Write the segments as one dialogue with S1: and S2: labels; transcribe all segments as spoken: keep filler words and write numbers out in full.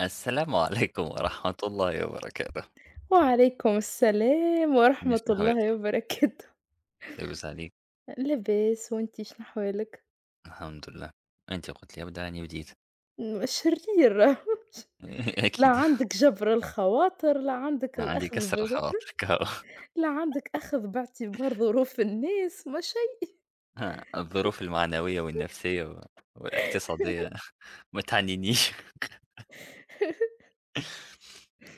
S1: السلام عليكم ورحمة الله وبركاته.
S2: وعليكم السلام ورحمة
S1: نيشان
S2: الله
S1: حواليك؟
S2: وبركاته.
S1: لاباس عليك؟
S2: لاباس، وأنتِ شنو أحوالك؟
S1: الحمد لله. أنت قلت لي أبدأ أنا بديت.
S2: م شرير. لا
S1: أكيد
S2: عندك جبر الخواطر، لا عندك
S1: عندي
S2: الأخذ
S1: كسر
S2: ب
S1: الخواطر كهو
S2: لا عندك أخذ باعتبار ظروف الناس، ما شيء.
S1: ها، الظروف المعنوية والنفسية و والاقتصادية ما تعنينيش.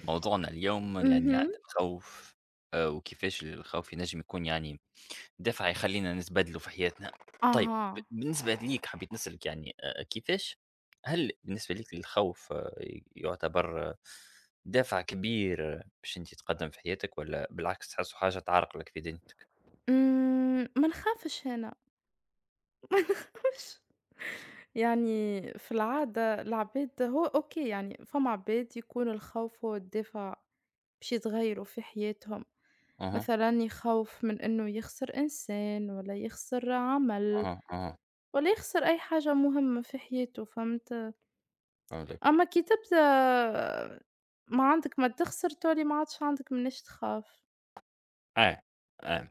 S1: موضوعنا اليوم يعني عن
S2: اهم.
S1: الخوف آآ، وكيفاش الخوف ينجم يكون يعني دافع يخلّينا نتبادلوا في حياتنا. طيب ب
S2: أها.
S1: بالنسبة ليك حبيت نسألك يعني آآ كيفاش هل بالنسبة ليك الخوف ي يُعتبر آه، دافع كبير آه، باش أنت تتقدّم في حياتك والّا بالعكس تحسّه حاجة تعرق لك في دينك؟
S2: إمم، ما نخافش أنا، ما نخافش. يعني في العادة العباد هو أوكي، يعني فما عباد يكون الخوف هو الدافع باش يتغيروا في حياتهم.
S1: اهم،
S2: مثلًا يخوّف من إنه يخسر إنسان والّا يخسر عمل
S1: اهم، اهم،
S2: والّا يخسر أي حاجة مهمة في حياته، فهمت؟
S1: فهمتك.
S2: أمّا كي تبدا ما عندك ما تخسر، تولي ما عادش عندك مناش تخاف.
S1: آه، آه.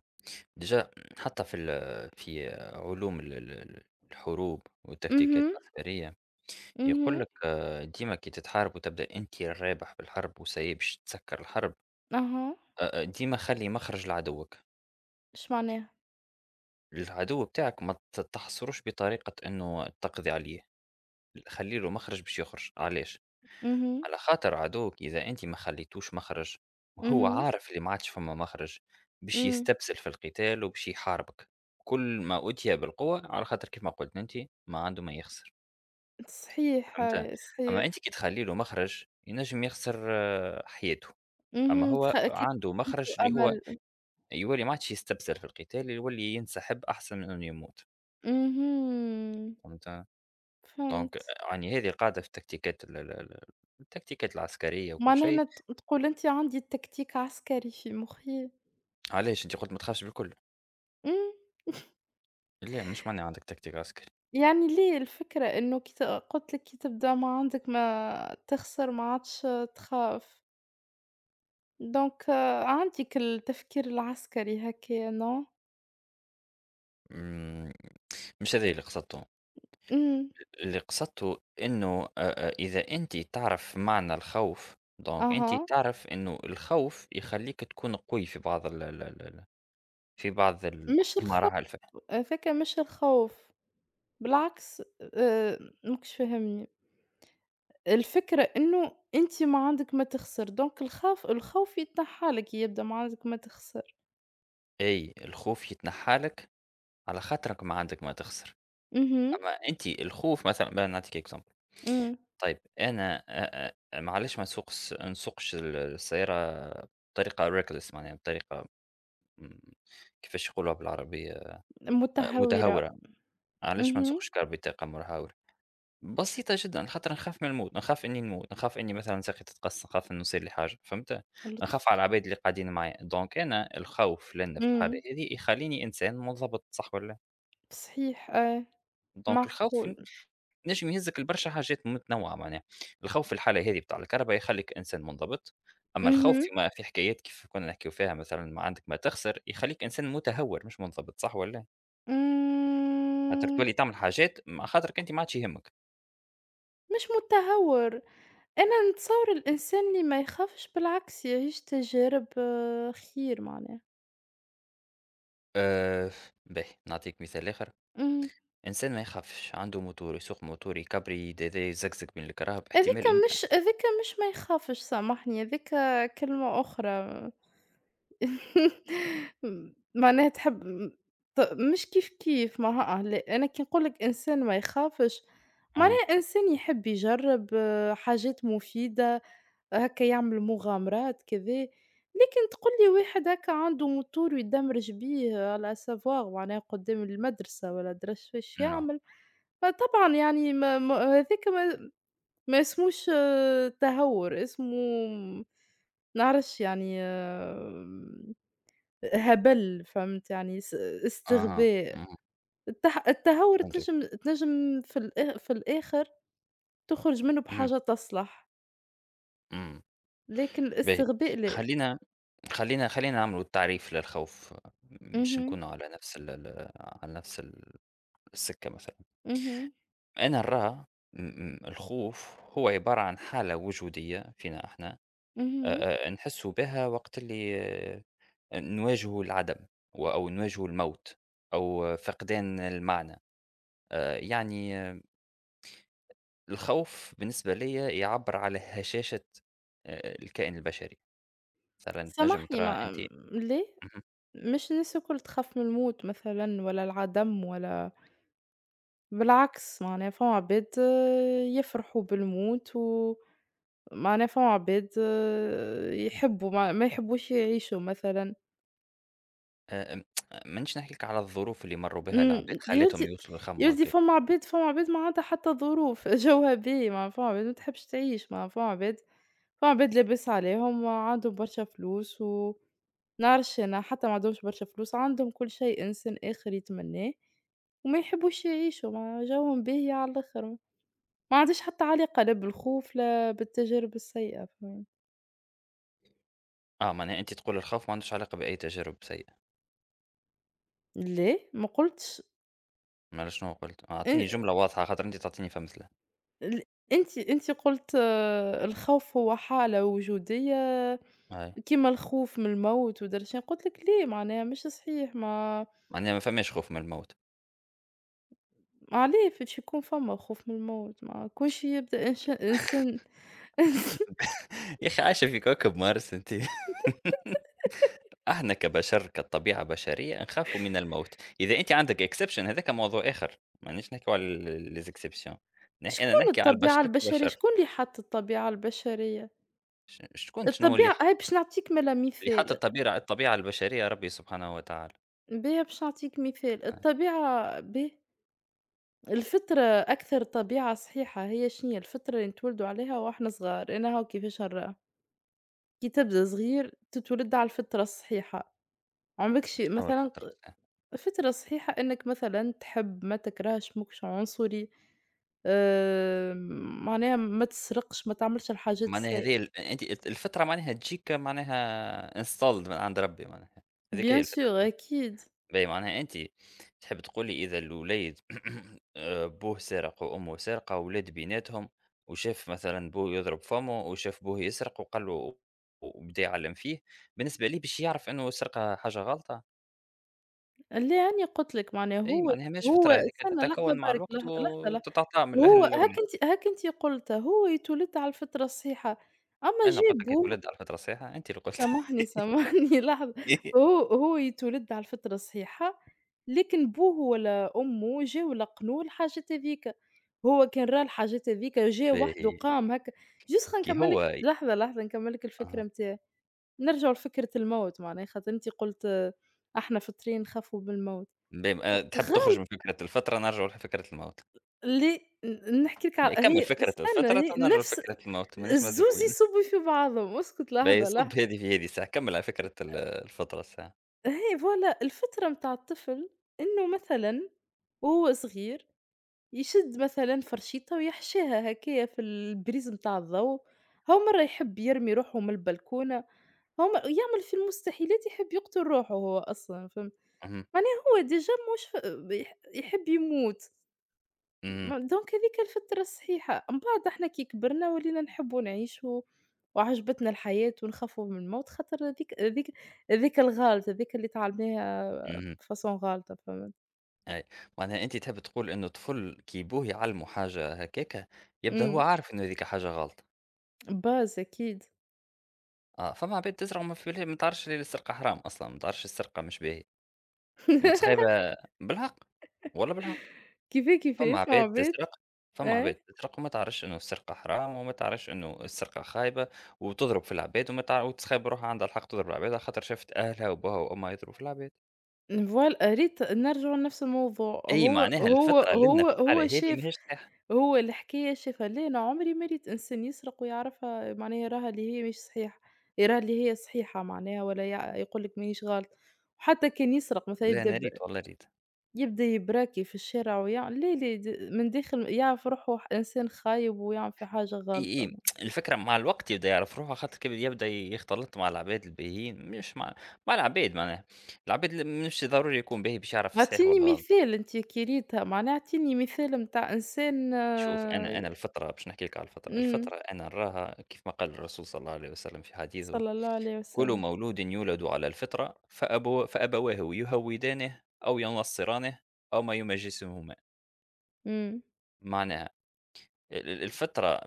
S1: ديجا حتى في ال في علوم ال ال ال الحروب والتكتيكات
S2: اهم،
S1: العسكرية، يقول
S2: اهم.
S1: لك آه، ديما كي تتحارب وتبدأ أنت الرابح في الحرب وسايي باش تسكّر الحرب
S2: أها.
S1: أ أ ديما خلّي مخرج لعدوّك،
S2: إيش معناها؟
S1: العدو بتاعك ما ت تحصرش بطريقة إنه تقضي عليه، خلّي له مخرج باش يخرج، علاش؟
S2: اهم،
S1: على خاطر عدوك إذا أنت ما خليتوش مخرج وهو
S2: اهم.
S1: عارف اللي ما عادش فما مخرج، باش
S2: إمم،
S1: يستبسل في القتال وباش يحاربك، كل ما أُوتي بالقوة على خاطر كيما قُلت أنتِ ما عنده ما يخسر،
S2: صحيح،
S1: فهمت؟
S2: آه،
S1: أما أنتِ
S2: صحيح.
S1: كي تخلّي له مخرج ينجم يخسر آه، حياته، أما
S2: اهم.
S1: هو
S2: تخ كي
S1: عنده مخرج
S2: عنده
S1: اللي هو
S2: أمل.
S1: يولي ما عادش يستبسل في القتال، يولي ينسحب أحسن من إنه يموت،
S2: اهم.
S1: فهمت؟ دونك
S2: فهمت.
S1: يعني هذه القاعدة في التكتيكات ال ال ال التكتيكات العسكرية وكل
S2: معناها
S1: شيء،
S2: هنا ت تقول أنت: عندي تكتيك عسكري في مخي،
S1: علاش أنت قُلت ما تخافش بالكل،
S2: إمم.
S1: لا مش معناها عندك تكتيك عسكري،
S2: يعني ليه الفكرة إنه كت قُلت لك كي تبدأ ما عندك ما تخسر، ما عادش تخاف، دونك آه، عندِك التفكير العسكري هكايا no؟
S1: امم، مش هذا اللي قصدته،
S2: إمم.
S1: اللي قصدته إنه أ أ إذا أنت تعرف معنى الخوف، دونك أنت
S2: أها.
S1: تعرف إنه الخوف يخلّيك تكون قوي في بعض ال ال ال ال في بعض
S2: مش الخوف
S1: المراحل ف
S2: هذاك مش الخوف، بالعكس. آآ ماكش فاهمني، الفكرة إنه أنت ما عندك ما تخسر، دونك الخوف الخوف يتنحى لك، يبدأ ما عندك ما تخسر.
S1: أي الخوف يتنحّى لك على خاطرك ما عندك ما تخسر.
S2: اهم،
S1: أما أنتِ الخوف مثلًا بقى نعطيكِ example
S2: إمم.
S1: طيب أنا أ أ معليش ما نسوقش نسوقش ال السيارة بطريقة reckless معناها بطريقة امم، كيفاش يقولوها بالعربية أ
S2: متهورة.
S1: متهورة، معليش ما
S2: اهم.
S1: نسوقش كار بطريقة متهورة، بسيطة جدًا خاطر نخاف من الموت، نخاف إني نموت، نخاف إني مثلًا ساقي تتقص، نخاف إنه يصير لي حاجة فهمت،
S2: لطف.
S1: نخاف على العباد اللي قاعدين معايا، دونك أنا الخوف لنا في الحالة
S2: إمم،
S1: هذه يخليني إنسان منضبط صح والّا؟
S2: صحيح، آه،
S1: دونك الخوف
S2: معقول.
S1: نجم يهزك لبرشا حاجات متنوعة معناها، الخوف في الحالة هذه بتاع الكهربا يخلّيك إنسان منضبط، أما الخوف
S2: اهم.
S1: فيما في حكايات كيف كنا نحكيو فيها مثلًا ما عندك ما تخسر، يخلّيك إنسان متهور مش منضبط صح والّا لا؟ خاطر
S2: إمم.
S1: تولي تعمل حاجات مع خاطرك أنت ما عادش يهمك.
S2: مش متهور، أنا نتصور الإنسان اللي ما يخافش بالعكس يعيش تجارب آه، خير معناها.
S1: آآ باهي نعطيك مثال آخر،
S2: إمم.
S1: إنسان ما يخافش عنده موتور يسوق موتور يكبريت هذا يزقزق بين الكراهب
S2: هاذيك
S1: احتمال إن
S2: مش هاذيك، مش ما يخافش، سامحني، هاذيك كلمة أخرى. معناها تحب م ط مش كيف، كيف ماها، لأ. أنا كي نقول لك إنسان ما يخافش،
S1: أها،
S2: معناها إنسان يحب يجرّب آه، حاجات مفيدة، هاكا يعمل مغامرات كذا. لكن تقول لي واحد هاكا عنده موتور ويدمرج بيه على savoir، معناها قدام المدرسة والّا درش فاش
S1: نعم،
S2: يعمل، فطبعًا يعني ما ما هاذاك ما ما اسموش آه، تهور، اسمه ما نعرفش، يعني آه، هبل، فهمت؟ يعني س
S1: أها،
S2: استغباء.
S1: اهم،
S2: التح التهور
S1: فهمتك،
S2: تنجم تنجم في الآ في الآخر تخرج منه
S1: اهم،
S2: بحاجة تصلح،
S1: إمم.
S2: لكن
S1: باهي،
S2: الاستغباء لأ.
S1: خلّينا خلّينا خلّينا نعملوا تعريف للخوف باش
S2: اهم،
S1: نكونوا على نفس ال ال على نفس ال السكة مثلًا،
S2: اهم،
S1: أنا نراه م م الخوف هو عبارة عن حالة وجودية فينا إحنا
S2: اهم.
S1: آآ، آآ، نحسوا بها وقت اللي نواجهوا العدم و أو نواجهوا الموت أو فقدان المعنى، آآ، يعني آه، الخوف بالنسبة ليّا يعبّر على هشاشة آآ، الكائن البشري، مثلًا تنجم
S2: سامحني،
S1: ترى
S2: ما
S1: أنت
S2: لأ،
S1: اهم.
S2: مش الناس الكل تخاف من الموت مثلًا، ولا العدم، ولا بالعكس. معناها فما عباد آه، يفرحوا بالموت، ومعناها فما عباد آه، يحبوا، ما ما يحبوش يعيشوا مثلًا.
S1: آآ، آمم ما نجيش نحكي لِك على الظروف اللي مرّوا بها
S2: إمم.
S1: العباد خلّتهم
S2: يلدي،
S1: يوصلوا لخمّوا
S2: يلدي،
S1: هكاك.
S2: فما عباد فما عباد ما عندها حتى ظروف. جوها باهي، معناها فما عباد ما تحبش تعيش، معناها فما عباد فما عباد لاباس عليهم وعندهم برشا فلوس، ونعرفش أنا، حتى ما عندهمش برشا فلوس، عندهم كل شيء إنسان آخر يتمناه وما يحبوش يعيشوا. معناها جوهم باهي على الآخر، ما عنديش حتى علاقة لا بالخوف لا بالتجارب السيئة، فهمت؟
S1: آه، معناها أنتِ تقول الخوف ما عندوش علاقة بأي تجارب سيئة،
S2: لا، ما قُلتش.
S1: ما أنا شنو قُلت؟
S2: أن
S1: أعطيني جملة واضحة خاطر أنتِ تعطيني فمثلها.
S2: ال أنتِ أنتِ قُلت آه، الخوف هو حالة وجودية،
S1: أيوه،
S2: كيما الخوف من الموت، ودرشين قُلت لك ليه معناها مش صحيح. ما
S1: معناها ما فماش خوف من الموت.
S2: ما عليه فاش يكون فما خوف من الموت، ما يكونش يبدأ إنش إنسان.
S1: يا أخي عايشة في كوكب مارس أنتِ. إحنا كبشر كطبيعة بشرية نخاف من الموت. إذا أنتِ عندك exception هذاك موضوع آخر، ما نيش نحكيو على ال الexception. ن أنا
S2: شكون
S1: نحكي على
S2: الطبيعة
S1: البشر
S2: البشرية؟
S1: كبشر.
S2: شكون اللي حَط الطبيعة البشرية؟
S1: ش شكون شنو اللي
S2: الطبيعة
S1: حط
S2: هاي، باش نعطيك مالا
S1: اللي حط
S2: مثال.
S1: الطبيعة الطبيعة البشرية ربي سبحانه وتعالى.
S2: باهي، باش نعطيك مثال
S1: آه،
S2: الطبيعة، باهي. الفطرة أكثر طبيعة صحيحة. هي شنيا الفطرة اللي نتولدوا عليها وإحنا صغار؟ أنا هاو كيفاش نراها. كي تبدا صغير، تتولد على الفطرة الصحيحة. عمركش
S1: شنو
S2: مثلًا
S1: الفترة
S2: ق فكرة صحيحة إنِّك مثلًا تحب ما تكرهش، ما تكونش عنصري، آآ، معناها ما تسرقش، ما تعملش الحاجات
S1: معناها
S2: السيئة.
S1: هذه ال يعني أنتِ الت الفترة معناها تجيك معناها installed من عند ربي معناها، هذيك هي
S2: Bien sûr
S1: الفكرة،
S2: أكيد.
S1: باهي معناها أنتِ تحب تقول لي إذا الوليد آآ، بوه سرق وأمه سارقة وولاد بيناتهم، وشاف مثلًا بوه يضرب فمه وشاف بوه يسرق وقال له وبدا يعلّم فيه، بالنسبة ليه باش يعرف إنه السرقة حاجة غلطة؟
S2: اللي أنا قُلت لك معناها
S1: أي
S2: هو
S1: معناها ماهيش
S2: هو
S1: فترة هذيك
S2: استنى
S1: تتكون
S2: لحظة
S1: مع
S2: برك،
S1: الوقت
S2: لحظة، لحظة، لحظة.
S1: وتتعطى من الأهل
S2: هو
S1: للأولاد،
S2: هاك أنتِ هاك أنتِ قُلتِ، هو يتولد على الفطرة الصحيحة، أمّا
S1: أنا
S2: جه
S1: قلت لك
S2: أبوه.
S1: يتولد على الفترة الصحيحة، أنتِ اللي قلت.
S2: سامحني، سامحني. لحظة. هو هو يتولد على الفطرة الصحيحة، لكن بوه ولا أمه جاو لقنوه الحاجات هاذيكا، هو كان راه الحاجات هاذيكا جا وحده
S1: باهي
S2: قام هكا. جوست خلينا
S1: كي
S2: نكمّل لك،
S1: هو
S2: لحظة، لحظة نكمّل لك الفكرة
S1: أها.
S2: نتاعي. نرجعوا لفكرة الموت، معناها خاطر أنتِ قلت آه، إحنا فطريين نخافوا من الموت.
S1: بم آآ تحب تخرج من
S2: غال
S1: فكرة الفطرة نرجعوا لفكرة الموت،
S2: ل ن نحكي لك ع
S1: كمّل
S2: هي،
S1: فكرة
S2: استنى،
S1: الفطرة
S2: هي
S1: ونرجعوا
S2: نفس
S1: لفكرة الموت ماناش
S2: الزوز،
S1: مزروين،
S2: يصبوا في بعضهم، اسكت،
S1: باهي
S2: لحظة، لحظة.
S1: صُب هذي في هذي الساعة، كمّل على فكرة ال الفطرة الساعة.
S2: هي فوالا الفطرة متاع الطفل، إنه مثلًا وهو صغير يشد مثلًا فرشيطة ويحشيها هكايا في البريز متاع الضو، هو مرة يحب يرمي روحه من البلكونة، هو م يعمل في المستحيلات يحب يقتل روحه هو أصلًا، فهمت؟
S1: اهم،
S2: معناها هو déjà مش ف بيح يحب يموت.
S1: اهم،
S2: ما دونك هاذيك الفترة الصحيحة، من بعد إحنا كي كبرنا ولينا نحبوا نعيشوا وعجبتنا الحياة ونخافوا من الموت، خاطر هاذيك هاذيك هاذيك الغالطة، هاذيك اللي تعلمناها
S1: اهم،
S2: بفاصون غالطة، فهمت؟
S1: أي، معناها أنت تحب تقول إنه الطفل كي بوه يعلمه حاجة هكاكا، يبدا هو
S2: إمم،
S1: عارف إنه هاذيك حاجة غلط،
S2: باز أكيد.
S1: آه، فما عباد تزرع وما في بالها ما تعرفش اللي السرقة حرام أصلًا، ما تعرفش السرقة مش باهية، وتسخيبها بالحق، والله بالحق.
S2: كيفاه كيفاه
S1: فما
S2: فما
S1: عباد
S2: عباد
S1: تسرق، فما عباد
S2: آه،
S1: تسرق وما تعرفش إنه السرقة حرام وما تعرفش إنه السرقة خايبة، وتضرب في العباد وما تع وتخيب روحها عندها الحق تضرب العباد على خاطر شافت أهلها وباها وأمها يضربوا في العباد.
S2: فوالا ريت، نرجعوا لنفس الموضوع.
S1: أي
S2: هو
S1: معناها
S2: هو
S1: الفترة اللي لنا
S2: هو
S1: في
S2: هو
S1: الحالة هذه
S2: شاف،
S1: ماهيش صحيحة.
S2: هو الحكاية شايفها. لا، أنا عمري ما ريت إنسان يسرق ويعرفها، معناها يراها اللي هي مش صحيحة، يراها اللي هي صحيحة، معناها، ولا يع- يقول لك مانيش غلط، وحتى كان يسرق مثلا
S1: لا
S2: يبدا،
S1: أنا
S2: ب...
S1: ريت والله ريت.
S2: يبدا يبراكي في الشارع ويعمل. لا لا، د- من داخل يعرف روحه، ح- انسان خايب ويعمل في حاجه
S1: إي،
S2: غلطه.
S1: إي، الفكرة مع الوقت يبدا يعرف روحه خاطر كي يبدا يختلط مع العباد الباهيين، مش مع مع العباد معناها. العباد ل مش ضروري يكون باهي باش يعرف الصحيح
S2: اعطيني
S1: والغلط.
S2: مثال، انت كي ريتها معناها، اعطيني مثال متاع انسان
S1: شوف أنا
S2: آه،
S1: أنا الفطرة باش نحكي لك على الفطرة،
S2: أمم.
S1: الفطرة أنا نراها كيف ما قال الرسول صلى الله عليه وسلم في حديثه:
S2: صلى الله عليه
S1: "كل
S2: وسلم.
S1: مولود يولد على الفطرة فأبو فأبواه يهودانه أو ينصرانه أو ما يمجسهما."
S2: امم،
S1: معناها ال ال الفطرة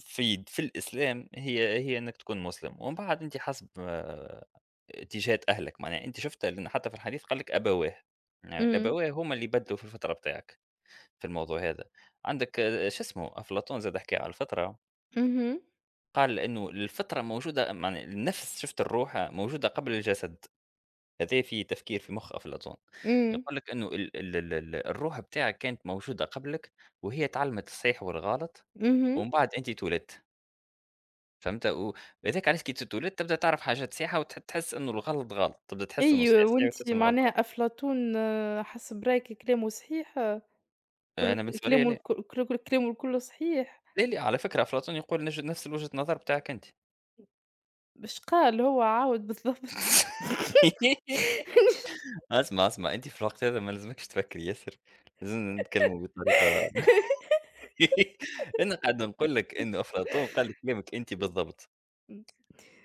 S1: في في الإسلام هي هي أنك تكون مسلم، ومن بعد أنت حسب آه، اتجاهات أهلك، معناها أنت شفتها لأن حتى في الحديث قال لك أبواه، يعني
S2: امم،
S1: الأبواه هما اللي بدلوا في الفطرة بتاعك في الموضوع هذا. عندك آه، شو اسمه أفلاطون زاد حكى على الفطرة.
S2: امم،
S1: قال إنه الفطرة موجودة يعني النفس شُفت الروح موجودة قبل الجسد، هذا في تفكير في مخ أفلاطون،
S2: امم.
S1: يقول لك إنه ال ال ال ال الروح بتاعك كانت موجودة قبلك وهي تعلمت الصحيح والغلط
S2: أمم.
S1: ومن بعد أنت اتولدت، فهمت؟ وهذاك علاش كي تتولد تبدأ تعرف حاجات صحيحة وتح تحس إنه الغلط غلط، تبدأ تحس إنه
S2: أي،
S1: صحيح صحيح
S2: وأنتِ
S1: وتحس إنه غلط
S2: معناها
S1: غلط.
S2: أفلاطون آه، حسب رأيِك كلامه صحيح، آه،
S1: أنا
S2: كل
S1: بالنسبة ليّا
S2: كلامه الك
S1: لا،
S2: كل كل- كلامه الكل صحيح.
S1: لا، لا، على فكرة أفلاطون يقول نج نفس وجهة النظر بتاعك أنت.
S2: إيش قال هو عاود بالضبط؟
S1: اسمع، اسمع، أنت في الوقت هذا ما لازمكش تفكري ياسر، لازمنا نتكلموا بطريقة. أنا قاعد نقول لك إن أفلاطون قال كلامك أنت بالضبط،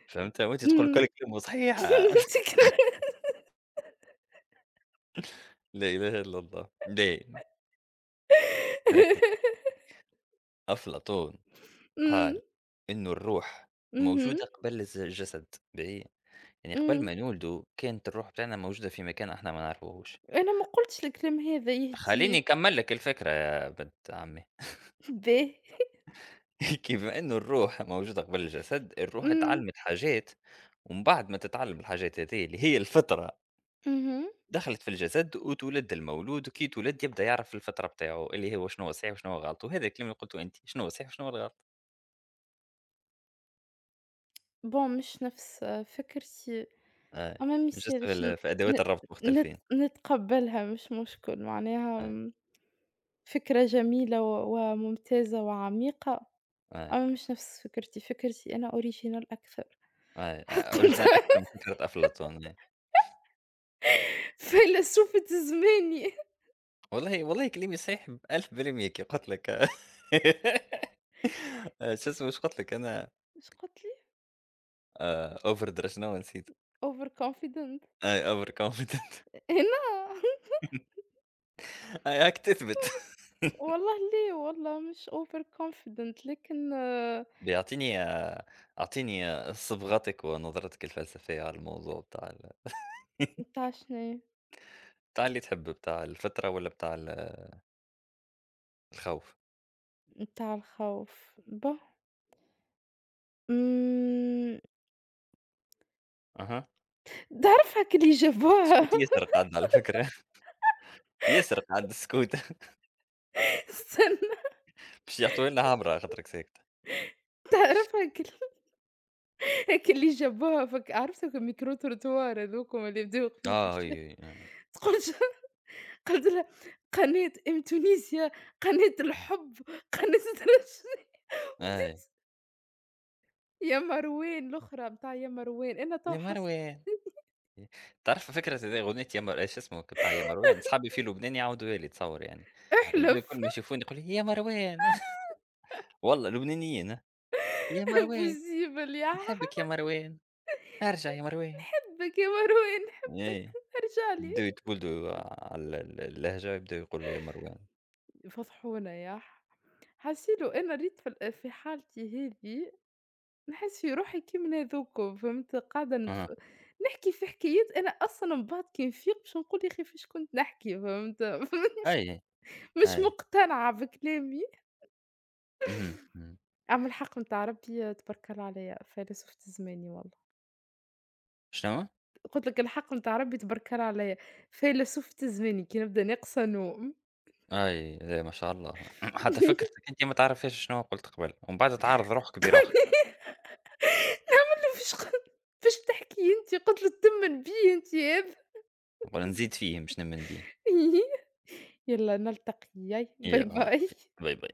S1: فهمت؟ وأنت تقول
S2: إمم.
S1: كل كلمة صحيحة.
S2: شكرا.
S1: لا إله إلا الله. لا، ركز، أفلاطون
S2: إمم،
S1: قال إن الروح
S2: إمم، اهم،
S1: موجودة قبل الز الجسد، باهي؟ يعني قبل
S2: إمم.
S1: ما نولدوا كانت الروح بتاعنا موجودة في مكان إحنا ما نعرفوهوش.
S2: أنا ما قُلتش الكلام هذا،
S1: خلّيني
S2: يهديك.
S1: نكمل لك الفكرة يا بنت عمي.
S2: باهي.
S1: كيما إنه الروح موجودة قبل الجسد، الروح
S2: إمم،
S1: اتعلمت حاجات ومن بعد ما تتعلم الحاجات هذي اللي هي الفطرة
S2: اهم.
S1: دخلت في الجسد وتولد المولود وكي تولد يبدا يعرف الفطره بتاعه اللي هو شنو هو صحيح وشنو هو غلط وهذا الكلام اللي قلته انت شنو هو صحيح وشنو هو الغلط.
S2: bon، مش نفس آه، فكرتي.
S1: آه.
S2: أما ما
S1: جست في,
S2: يسالش، ن
S1: ال- في
S2: ن
S1: ادوات الربط
S2: نت
S1: مختلفين.
S2: نتقبلها، مش مشكل، معناها
S1: آه.
S2: فكرة جميلة و وممتازة وعميقة،
S1: آه.
S2: أما مش نفس فكرتي، فكرتي أنا original أكثر.
S1: آه. آه.
S2: قلت
S1: اوريجينال اكثر من فكره افلاطون آه.
S2: فيلسوفة زماني.
S1: والله والله كلامي صحيح ألف بالمية كي قلت لك آه، آه، شو اسمه واش قلت لك انا
S2: إيش قلت لي؟
S1: اوفر درا شنو نسيت
S2: overconfident
S1: اي اوفر كونفيدنت
S2: هنا.
S1: اي هاك تثبت.
S2: والله، لا والله مش overconfident، لكن
S1: بيعطيني آه، اعطيني آه، صبغتك ونظرتك الفلسفيه على الموضوع بتاع
S2: متاع شناهي؟
S1: بتاع اللي تحب، بتاع الفطرة والّا بتاع ال الخوف؟
S2: متاع الخوف، با امم
S1: أها،
S2: تعرف هاك اللي جابوها.
S1: سكوت ياسر قعدنا على فكرة، ياسر قعد السكوت.
S2: استنى.
S1: باش يعطوا لنا عمرة خاطرك ساكتة.
S2: تعرف هاك ال هاك اللي جابوها، فك عرفت هاك الميكرو تروتوار، هاذوكم اللي يبداو واقفين في
S1: آه، هي،
S2: الشارع،
S1: هي،
S2: تقول، ج قلت لها: "قناة أم تونسيا، قناة الحب، قناة ترى شنو".
S1: آه،
S2: بديت
S1: أي
S2: يا مروان الأخرى متاع يا مروان، أنا تو
S1: يا
S2: حسيت.
S1: مروان ي تعرف فكرة هذي أغنية يا مر إيش اسمه بتاع يا مروان، صحابي في لبنان يعاودوها لي تصور يعني، يبداو كل
S2: احلف.
S1: ما يشوفوني يقولوا لي: "يا مروان". والله لبنانيين ها، "يا مروان،
S2: impossible ياح.
S1: نحبك يا مروان، ارجع يا مروان."
S2: نحبك يا مروان، نحبك،
S1: إيه،
S2: ارجع لي.
S1: يبداو يتولدوا على ال اللهجة يبداو يقولوا يا مروان.
S2: فضحونا ياح. حسيت لو أنا ريت في ال في حالتي هذي، نحس في روحي كيما هاذوكم، فهمت؟ قاعدة
S1: أها،
S2: نتف نحكي في حكايات، أنا أصلًا من بعد كي نفيق باش نقول يا أخي فاش كنت نحكي، فهمت؟
S1: أي،
S2: مش
S1: أي.
S2: مقتنعة بكلامي.
S1: اهم، إمم.
S2: أما الحق متاع ربي تبركل عليَّ، فيلسوفة زماني والله.
S1: شنو؟
S2: قُلت لك الحق متاع ربي تبركل عليَّ، فيلسوفة زماني كي نبدا ناقصة نوم.
S1: أي إيه ما شاء الله. حتى فكرتك أنت ما تعرفهاش شنو قُلت قبل، ومن بعد تعارض روحك بروحك،
S2: فاش ق فاش تحكي أنتِ؟ قُلت له تمن بيا أنتِ هذا.
S1: نقول نزيد فيه مش نمِّن بيه.
S2: يلّا نلتقي، باي
S1: يالّا
S2: باي.
S1: باي باي.